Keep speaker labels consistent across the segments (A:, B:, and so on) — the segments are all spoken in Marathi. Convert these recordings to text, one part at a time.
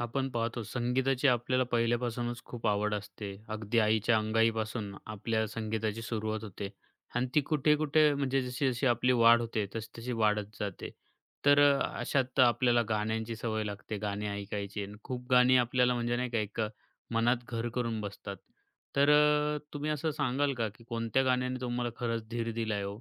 A: आपण पाहतो संगीताची आपल्याला पहिल्यापासूनच खूप आवड असते. अगदी आईच्या अंगाईपासून आपल्या संगीताची सुरुवात होते आणि ती कुठे-कुठे म्हणजे जशी-जशी आपली वाढ होते, तशी-तशी वाढत जाते. तर अशात आपल्याला गाण्यांची सवय लागते, गाणी ऐकायची आणि खूप गाणी आपल्याला म्हणजे नाही का एक मनात घर करून बसतात. तर तुम्ही असं सांगाल का, की कोणत्या गाण्याने तुम्हाला खरंच धीर दिलाय हो?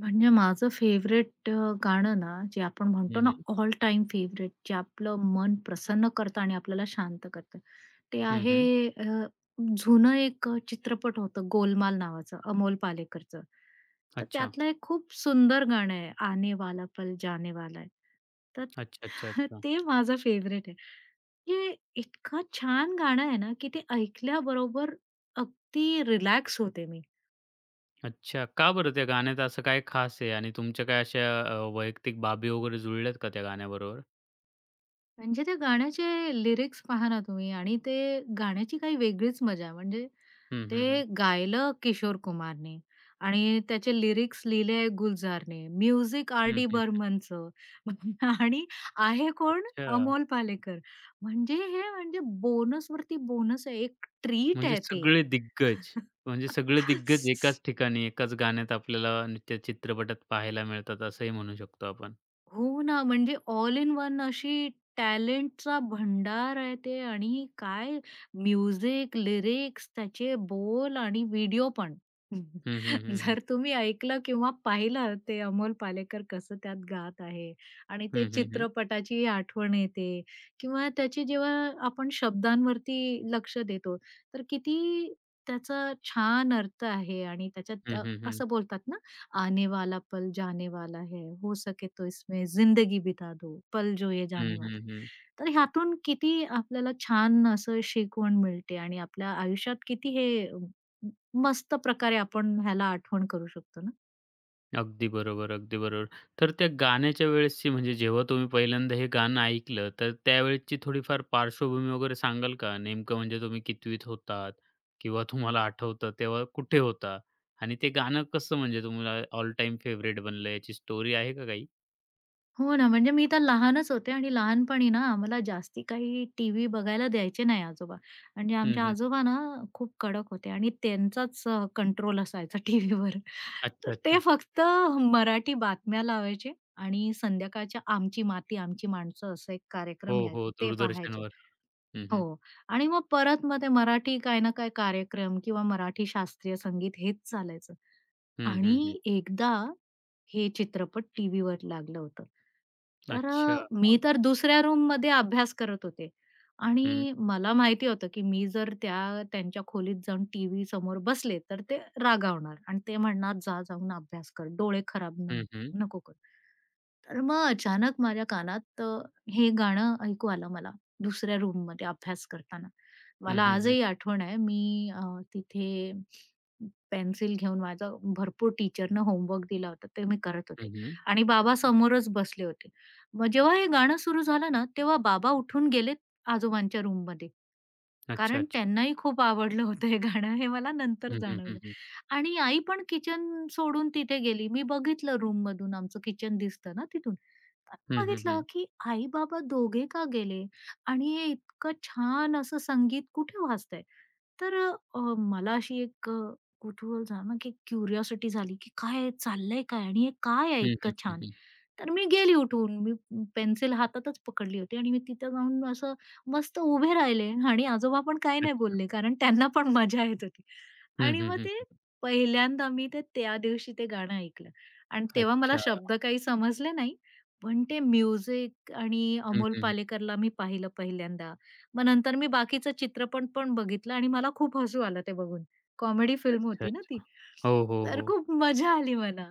B: म्हणजे माझं फेवरेट गाणं ना, जे आपण म्हणतो
A: हं,
B: ना
A: हं.
B: ऑल टाइम फेवरेट, जे आपलं मन प्रसन्न करतं आणि आपल्याला शांत करतं, ते
A: हं,
B: आहे जुनं एक चित्रपट होतं गोलमाल नावाचं, अमोल पालेकरचं. तर
A: अच्छा.
B: त्यातलं एक खूप सुंदर गाणं आहे, आने वाला पल जाने वाला है. तर
A: अच्छा, अच्छा, अच्छा.
B: ते माझं फेव्हरेट आहे. हे इतकं छान गाणं आहे ना, की ते ऐकल्याबरोबर अगदी रिलॅक्स होते मी.
A: अच्छा. का बरं त्या गाण्यात असं काय खास आहे? आणि तुमच्या काय अशा वैयक्तिक बाबी वगैरे जुळल्यात का त्या गाण्याबरोबर?
B: म्हणजे त्या गाण्याचे लिरिक्स पहा ना तुम्ही आणि ते गाण्याची काही वेगळीच मजा. म्हणजे
A: हं, हं, हं.
B: ते गायलं किशोर कुमारने आणि त्याचे लिरिक्स लिहिले गुलजारने, म्युझिक
A: हं,
B: आर-डी
A: हं.
B: बर्मनचं. आणि आहे कोण?
A: अच्छा.
B: अमोल पालेकर. म्हणजे हे म्हणजे बोनसवरती बोनस आहे. एक ट्रीट
A: म्हणजे
B: आहे ते.
A: सगळे दिग्गज, म्हणजे सगळे दिग्गज एकाच ठिकाणी, एकाच गाण्यात आपल्याला त्या चित्रपटात पाहायला मिळतात असंही म्हणू शकतो आपण.
B: हो ना, म्हणजे ऑल इन वन अशी टॅलेंटचा भंडार आहे ते आणि काय म्युझिक, लिरिक्स, त्याचे बोल आणि व्हिडिओ पण.
A: हं, हं, हं, हं.
B: जर तुम्ही ऐकलं किंवा पाहिलं ते अमोल पालेकर कसं त्यात गात आहे आणि ते
A: हं, हं, हं.
B: चित्रपटाची आठवण येते किंवा त्याची जेव्हा आपण शब्दांवरती लक्ष देतो, तर किती त्याचा छान अर्थ आहे आणि त्याच्यात
A: हं, हं, हं.
B: असं बोलतात ना आने वाला पल जाने वाला है, हो सके तो इसमें जिंदगी बिता दो, पल जो ये
A: हं,
B: जाने वाला
A: हं,
B: है.
A: हं.
B: तर ह्यातून किती आपल्याला छान असं शिकवण मिळते आणि आपल्या आयुष्यात किती हे मस्त प्रकारे आपण ह्याला आठवण करू शकतो ना.
A: अगदी बरोबर, अगदी बरोबर. तर त्या गाण्याच्या वेळेसची म्हणजे जेव्हा तुम्ही पहिल्यांदा हे गाणं ऐकलं, तर त्यावेळेसची थोडीफार पार्श्वभूमी वगैरे सांगाल का? नेमकं म्हणजे तुम्ही कितवीत होतात किंवा तुम्हाला आठवतं तेव्हा कुठे होता? आणि ते गाणं कसं म्हणजे तुम्हाला ऑल टाईम फेव्हरेट बनलं? याची स्टोरी आहे का काही?
B: हो ना, म्हणजे मी तर लहानच होते आणि लहानपणी ना आम्हाला जास्ती काही टीव्ही बघायला द्यायचे नाही आजोबा. म्हणजे
A: हं,
B: आमच्या
A: हं.
B: आजोबा ना खूप कडक होते आणि त्यांचाच कंट्रोल असायचा टीव्हीवर.
A: अच्छा,
B: तर ते
A: अच्छा.
B: फक्त मराठी बातम्या लावायचे आणि संध्याकाळच्या आमची माती आमची माणसं असं एक
A: हो,
B: कार्यक्रम
A: हो.
B: यायचा ते पाहायचे.
A: दूरदर्शनवर. हं, हं.
B: हो. आणि मग परत ते मराठी काही ना काही कार्यक्रम किंवा मराठी शास्त्रीय संगीत हेच चालायचं.
A: हं, हं, हं.
B: आणि एकदा हे चित्रपट टीव्हीवर लागलं होतं. तर
A: अच्छा.
B: मी
A: मग?
B: तर दुसऱ्या रूममध्ये अभ्यास करत होते
A: हं.
B: आणि मला माहिती होतं, की मी जर त्या त्यांच्या खोलीत जाऊन टीव्ही समोर बसले, तर ते रागावणार आणि ते म्हणणार, "जा जाऊन अभ्यास कर, डोळे खराब
A: हं, हं.
B: नको कर, तर मग अचानक माझ्या कानात हे गाणं ऐकू आलं मला दुसऱ्या रूममध्ये अभ्यास करताना.
A: हं,
B: मला
A: हं, हं.
B: आजही आठवण आहे मी तिथे पेन्सिल घेऊन माझं भरपूर टीचरनं होमवर्क दिला होता ते मी करत
A: हं,
B: होते
A: हं.
B: आणि बाबा समोरच बसले होते. मग जेव्हा हे गाणं सुरू झालं ना, तेव्हा बाबा उठून गेले आजोबांच्या रूममध्ये
A: अच्छा,
B: कारण
A: अच्छा.
B: त्यांनाही खूप आवडलं होतं हे गाणं हे मला नंतर
A: हं, हं, हं,
B: जाणवलं.
A: हं.
B: आणि आई पण किचन सोडून तिथे गेली. मी बघितलं रूममधून आमचं किचन दिसतं ना तिथून. तर
A: हं, हं,
B: बघितलं
A: हं.
B: की आई-बाबा दोघे का गेले? आणि हे इतकं छान असं संगीत कुठे वाजतंय? तर मला अशी एक कुतूहल झालं ना की क्युरिओसिटी झाली की काय चाललंय काय? आणि हे काय आहे
A: हं,
B: इतकं
A: हं, हं,
B: छान?
A: हं.
B: तर मी गेली उठून. मी पेन्सिल हातातच पकडली होती आणि मी तिथं जाऊन असं मस्त उभे राहिले आणि आजोबा पण काही
A: अच्छा.
B: नाही बोलले, कारण त्यांना पण मजा येत होती. आणि मग ते पहिल्यांदा मी ते त्या दिवशी ते गाणं ऐकलं आणि तेव्हा मला
A: अच्छा.
B: शब्द काही समजले नाही. पण ते म्युझिक आणि
A: हं,
B: अमोल
A: हं, हं.
B: पालेकरला मी पाहिलं पहिल्यांदा. मग नंतर मी बाकीचा चित्रपट पण बघितला आणि मला खूप हसू आलं ते बघून. कॉमेडी फिल्म
A: अच्छा,
B: होती ना ती.
A: अच्छा. हो, हो,
B: तर
A: हो.
B: खूप मजा आली मला.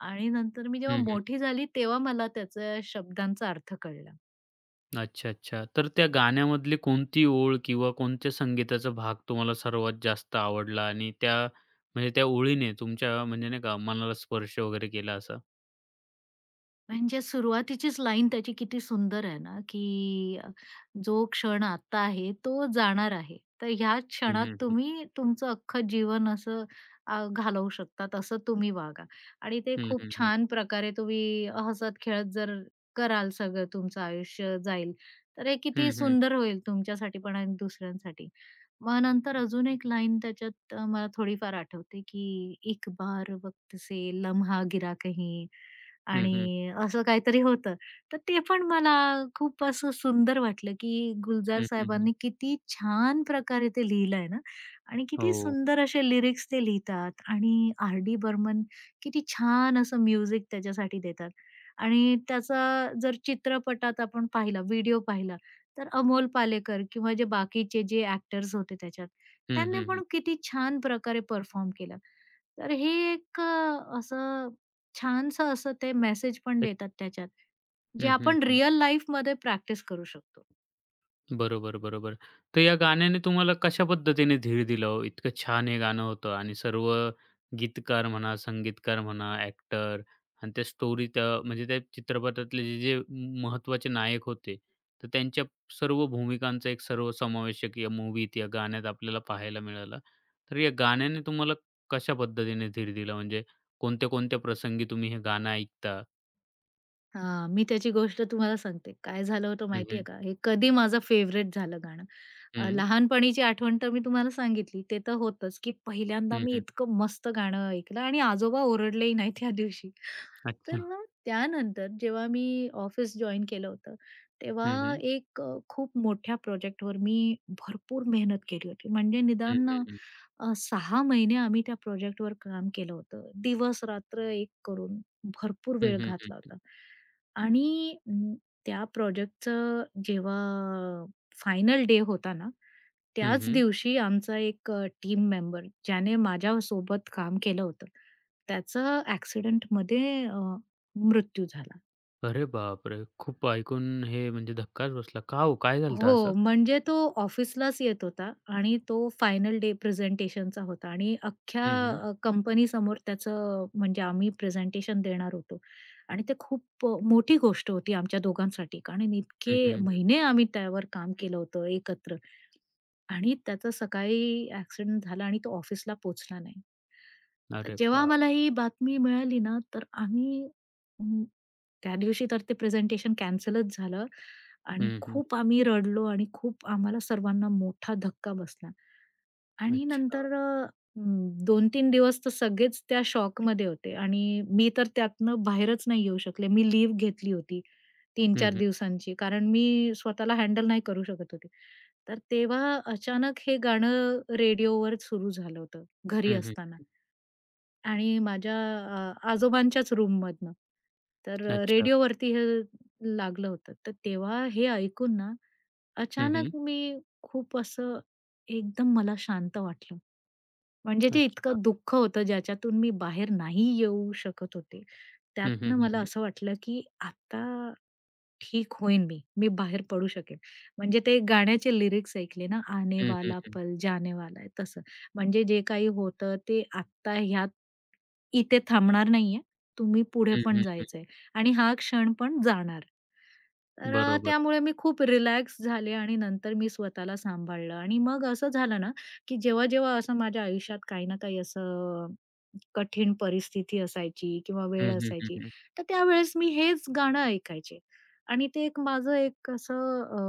B: आणि नंतर मी जेव्हा
A: हं, हं.
B: मोठी झाली, तेव्हा मला त्याच्या शब्दांचा अर्थ कळला.
A: अच्छा, अच्छा. तर त्या गाण्यामधली कोणती ओळ किंवा कोणत्या संगीताचा भाग तुम्हाला सर्वात जास्त आवडला आणि त्या म्हणजे त्या ओळीने तुमच्या म्हणजे नाही का मनाला स्पर्श वगैरे केला असा?
B: म्हणजे सुरुवातीचीच लाईन त्याची किती सुंदर आहे ना, की जो क्षण आता आहे तो जाणार आहे. तर ह्या
A: हं,
B: क्षणात
A: हं, हं.
B: तुम्ही तुमचं अख्खं जीवन असं घालवू शकतात, असं तुम्ही वागा आणि ते
A: हं,
B: खूप
A: हं, हं.
B: छान प्रकारे तुम्ही हसत-खेळत जर कराल सगळं तुमचं आयुष्य जाईल, तर हे किती
A: हं, हं.
B: सुंदर होईल तुमच्यासाठी पण आणि दुसऱ्यांसाठी. मग नंतर अजून एक लाईन त्याच्यात मला थोडीफार आठवते, की "एक बार वक्त से लम्हा गिरा कहीं."
A: हं, हं.
B: आणि असं काहीतरी होतं. तर ते पण मला खूप असं सुंदर वाटलं, की गुलजार
A: हं, हं, हं.
B: साहेबांनी किती छान प्रकारे ते लिहिलंय ना आणि किती
A: हो.
B: सुंदर असे लिरिक्स ते लिहितात आणि आर.डी. बर्मन किती छान असं म्युझिक त्याच्यासाठी देतात. आणि त्याचा जर चित्रपटात आपण पाहिला, व्हिडिओ पाहिला, तर अमोल पालेकर किंवा जे बाकीचे जे ॲक्टर्स होते त्याच्यात,
A: हं,
B: त्यांनी
A: हं, हं.
B: पण किती छान प्रकारे परफॉर्म केलं. तर हे एक असं छानसं असं ते मेसेज पण
A: एक
B: देतात त्याच्यात, जे
A: हं, हं,
B: आपण
A: हं.
B: रिअल लाईफमध्ये प्रॅक्टिस करू शकतो.
A: बरोबर, बरोबर. तर या गाण्याने तुम्हाला कशा पद्धतीने धीर दिला हो? इतकं छान हे गाणं होतं आणि सर्व गीतकार म्हणा, संगीतकार म्हणा, ॲक्टर आणि त्या स्टोरी त्या म्हणजे त्या चित्रपटातले जे महत्त्वाचे नायक होते, तर त्यांच्या सर्व भूमिकांचा एक सर्वसमावेशक या मूव्हीत, या गाण्यात आपल्याला पाहायला मिळाला. तर या गाण्याने तुम्हाला कशा पद्धतीने धीर दिला? म्हणजे कोणत्या-कोणत्या प्रसंगी तुम्ही हे गाणं ऐकता?
B: हां, मी त्याची गोष्ट तुम्हाला सांगते. काय झालं होतं
A: हं,
B: माहिती आहे
A: हं.
B: का? हे कधी माझं फेव्हरेट झालं गाणं.
A: हं.
B: लहानपणीची आठवण तर मी तुम्हाला सांगितली. ते तर होतंच, की पहिल्यांदा
A: हं,
B: मी
A: हं.
B: इतकं मस्त गाणं ऐकलं आणि आजोबा ओरडलेही नाही त्या दिवशी.
A: अच्छा.
B: तर मग त्यानंतर जेव्हा मी ऑफिस जॉइन केलं होतं,
A: हं,
B: तेव्हा
A: हं.
B: एक खूप मोठ्या प्रोजेक्टवर मी भरपूर मेहनत केली होती. म्हणजे
A: हं,
B: निदान
A: हं, हं.
B: 6 महिने आम्ही त्या प्रोजेक्टवर काम केलं होतं. दिवस-रात्र एक करून भरपूर
A: हं,
B: वेळ
A: हं,
B: घातला
A: हं.
B: होता. आणि त्या प्रोजेक्टचं जेव्हा फायनल डे होता ना, त्याच दिवशी आमचा एक टीम मेंबर ज्याने माझ्यासोबत काम केलं होतं, त्याचा ॲक्सिडेंटमध्ये मृत्यू झाला.
A: अरे बापरे! खूप ऐकून हे म्हणजे धक्काच बसला. का हो? काय झालं होतं असं?
B: हो, म्हणजे तो ऑफिसलाच येत होता आणि तो फायनल डे प्रेझेंटेशनचा होता आणि अख्ख्या
A: हं, हं.
B: कंपनीसमोर त्याचं म्हणजे आम्ही प्रेझेंटेशन देणार होतो आणि ते खूप मोठी गोष्ट होती आमच्या दोघांसाठी. कारण
A: हं,
B: इतके
A: हं, हं.
B: महिने आम्ही त्यावर काम केलं होतं एकत्र आणि त्याचा सकाळी ॲक्सिडेंट झाला आणि तो ऑफिसला पोहोचला नाही. तर
A: अरे
B: जेव्हा
A: बाप!
B: आम्हाला ही बातमी मिळाली ना, तर आम्ही अं, त्या दिवशी तर ते प्रेझेंटेशन कॅन्सलच झालं. आणि
A: हं, हं.
B: खूप आम्ही रडलो आणि खूप आम्हाला सर्वांना मोठा धक्का बसला. आणि
A: अच्छा.
B: नंतर 2-3 दिवस तर सगळेच त्या शॉकमध्ये होते आणि मी तर त्यातनं बाहेरच नाही येऊ शकले. मी लीव्ह घेतली होती
A: हं,
B: तीन-चार
A: हं.
B: दिवसांची, कारण मी स्वतःला हँडल नाही करू शकत होते. तर तेव्हा अचानक हे गाणं रेडिओवर सुरू झालं होतं घरी
A: हं, हं.
B: असताना. आणि माझ्या आजोबांच्याच रूममधनं. तर
A: अच्छा.
B: रेडिओवरती हे लागलं होतं. तर तेव्हा हे ऐकून ना,
A: हं, हं.
B: अचानक मी खूप असं एकदम मला शांत वाटलं. म्हणजे ते
A: अच्छा.
B: इतकं दुःख होतं ज्याच्यातून मी बाहेर नाही येऊ शकत होते.
A: हं, हं,
B: त्यातनं
A: हं,
B: मला
A: हं.
B: असं वाटलं, की आता ठीक होईन मी. मी बाहेर पडू शकेन. म्हणजे ते गाण्याचे लिरिक्स ऐकले ना, आने
A: हं, हं,
B: वाला
A: हं.
B: पल, जाने वाला है, तसं. म्हणजे जे काही होतं ते आत्ता ह्यात इथे थांबणार नाहीये. तुम्ही पुढे
A: हं,
B: पण
A: हं, हं.
B: जायचंय आणि हा क्षण पण जाणार. तर
A: बरोबर.
B: त्यामुळे मी खूप रिलॅक्स झाले आणि नंतर मी स्वतःला सांभाळलं आणि मग असं झालं ना, की जेव्हा-जेव्हा असं माझ्या आयुष्यात काही ना काही असं कठीण परिस्थिती असायची किंवा
A: हं,
B: वेळ
A: हं, हं,
B: असायची,
A: हं.
B: तर त्यावेळेस मी हेच गाणं ऐकायचे आणि ते एक माझं एक असं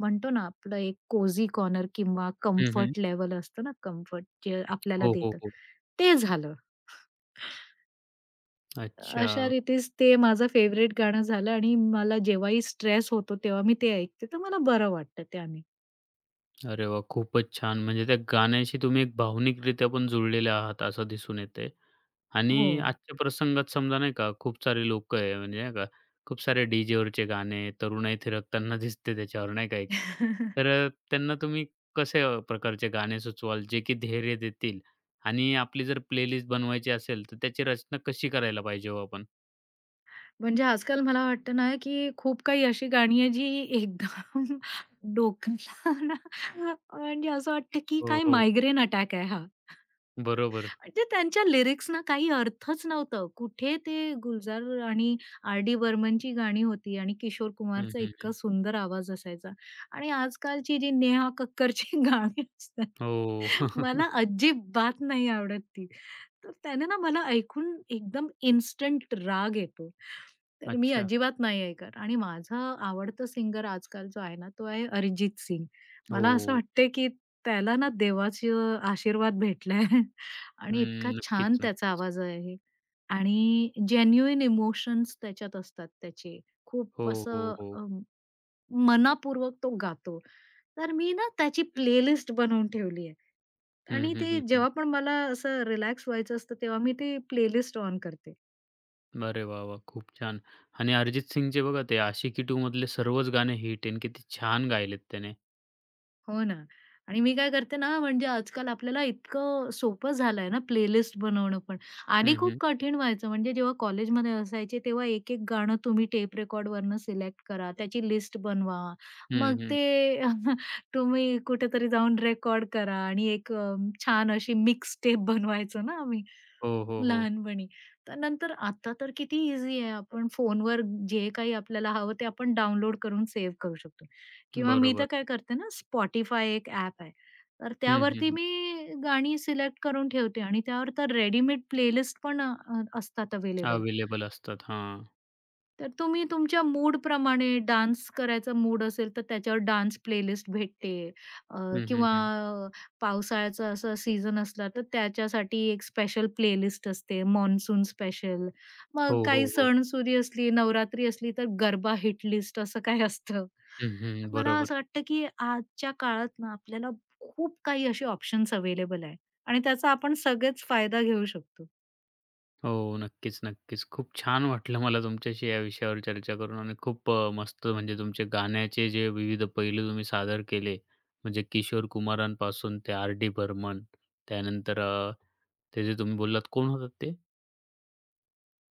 B: म्हणतो ना, आपलं एक कोझी कॉर्नर किंवा
A: हं, हं.
B: कम्फर्ट लेव्हल असतं ना, कम्फर्ट जे आपल्याला
A: हो, हो,
B: देतं,
A: हो.
B: ते झालं.
A: अच्छा.
B: अशा रीतीच ते माझं फेव्हरेट गाणं झालं आणि मला जेव्हाही स्ट्रेस होतो तेव्हा मी ते ऐकते, तर मला बरं वाटतं त्याने.
A: अरे वाह! खूपच छान. म्हणजे त्या गाण्याशी तुम्ही एक भावनिकरित्या पण जुळलेले आहात असं दिसून येतंय.
B: हो.
A: आणि आजच्या प्रसंगात समजा नाही का, खूप सारे लोकं आहे म्हणजे नाही का, खूप सारे डी-जेवरचे गाणे, तरुणाई थिरकताना दिसते त्याच्यावर नाही का एक. तर त्यांना तुम्ही कसे प्रकारचे गाणे सुचवाल, जे की धैर्य देतील? आणि आपली जर प्लेलिस्ट बनवायची असेल, तर त्याची रचना कशी करायला पाहिजे हो आपण?
B: म्हणजे आजकाल मला वाटतं ना, की खूप काही अशी गाणी आहे जी एकदम डोक्याला ना म्हणजे असं वाटतं, की
A: हो,
B: काय
A: हो.
B: मायग्रेन अटॅक आहे हा.
A: बरोबर.
B: म्हणजे त्यांच्या लिरिक्सना काही अर्थच नव्हतं. कुठे ते गुलजार आणि आर-डी बर्मनची गाणी होती आणि किशोर
A: हं,
B: कुमारचा
A: हं,
B: इतका
A: हं.
B: सुंदर आवाज असायचा आणि आजकालची जी नेहा कक्करची गाणी असतात,
A: हो.
B: मला अजिबात नाही आवडत ती. तर त्याने ना मला ऐकून एकदम इन्स्टंट राग येतो. तर मी
A: अच्छा.
B: अजिबात नाही ऐकत आणि माझा आवडता सिंगर आजकाल जो आहे ना, तो आहे अरिजित सिंग. मला असं
A: हो.
B: वाटतंय की त्याला ना देवाचे आशीर्वाद भेटलाय. आणि इतका
A: हं. नक्कीच,
B: छान त्याचा
A: नक्कीच.
B: आवाज आहे आणि जेन्युइन इमोशन्स त्याच्यात असतात त्याचे. खूप
A: हो, हो,
B: असं
A: हो.
B: मनापूर्वक तो गातो. तर मी ना त्याची प्लेलिस्ट बनवून ठेवली आहे.
A: हं,
B: आणि
A: हं,
B: ते
A: हं, हं.
B: जेव्हा पण मला असं रिलॅक्स व्हायचं असतं, तेव्हा मी ते प्लेलिस्ट ऑन करते.
A: अरे वाह, वाह! खूप छान. आणि अरिजित सिंगचे बघा ते आशिकी 2 मधले सर्वच गाणे हिट आहे आणि किती छान गायलेत त्याने.
B: हो ना. आणि मी काय करते ना, म्हणजे आजकाल आपल्याला इतकं सोपं झालंय ना प्लेलिस्ट बनवणं पण. आधी
A: हं,
B: खूप
A: हं.
B: कठीण व्हायचं. म्हणजे जेव्हा कॉलेजमध्ये असायचे, तेव्हा एक-एक गाणं तुम्ही टेप रेकॉर्डवरनं सिलेक्ट करा, त्याची लिस्ट बनवा. मग
A: हं, हं.
B: ते तुम्ही कुठेतरी जाऊन रेकॉर्ड करा आणि एक छान अशी मिक्स टेप बनवायचो ना आम्ही.
A: हो, हो, हो.
B: लहानपणी. तर नंतर आता तर किती ईझी आहे. आपण फोनवर जे काही आपल्याला हवं ते आपण डाउनलोड करून सेव्ह करू शकतो. किंवा मी
A: बरोबर.
B: तर काय करते ना, Spotify एक ॲप आहे. तर
A: हं, हं,
B: त्यावरती
A: हं.
B: मी गाणी सिलेक्ट करून ठेवते आणि त्यावर तर रेडीमेड प्लेलिस्ट पण असतात अवेलेबल.
A: अवेलेबल असतात. हां.
B: तर तुम्ही तुमच्या मूडप्रमाणे डान्स करायचा मूड असेल, तर त्याच्यावर डान्स प्लेलिस्ट भेटते अ,
A: हं, हं,
B: किंवा
A: हं.
B: पावसाळ्याचा असा सीझन असला, तर त्याच्यासाठी एक स्पेशल प्लेलिस्ट असते, मान्सून स्पेशल. मग
A: हो,
B: काही
A: हो, हो.
B: सणसुदी असली, नवरात्री असली, तर गरबा हिट लिस्ट असं काही असतं.
A: हं, हं.
B: मला असं
A: बरोबर.
B: वाटतं, की आजच्या काळात ना आपल्याला खूप काही असे ऑप्शन्स अवेलेबल आहे आणि त्याचा आपण सगळेच फायदा घेऊ शकतो.
A: हो. नक्कीच, नक्कीच. खूप छान वाटलं मला तुमच्याशी या विषयावर चर्चा करून आणि खूप मस्त म्हणजे तुमचे गाण्याचे जे विविध पैलू तुम्ही सादर केले. म्हणजे किशोर कुमारांपासून ते आर डी बर्मन त्यानंतर ते जे तुम्ही बोललात कोण होतात ते?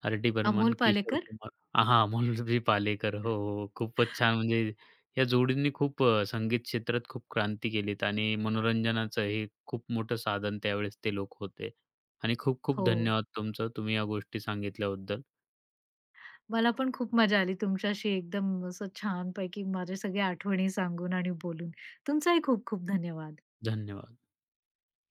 A: आर.डी. बर्मन,
B: अमोल
A: किशोर
B: पालेकर.
A: कुमार आ, हां, मुलजी पालेकर. हो, हो. हो. खूपच छान म्हणजे या जोडींनी खूप संगीत क्षेत्रात खूप क्रांती केलीत आणि मनोरंजनाचं हे खूप मोठं साधन त्यावेळेस ते लोक होते. आणि खूप खूप
B: हो.
A: धन्यवाद तुमचं. तुम्ही या गोष्टी सांगितल्याबद्दल.
B: मला पण खूप मजा आली तुमच्याशी एकदम असं छानपैकी माझ्या सगळ्या आठवणी सांगून आणि बोलून. तुमचाही खूप खूप धन्यवाद.
A: धन्यवाद.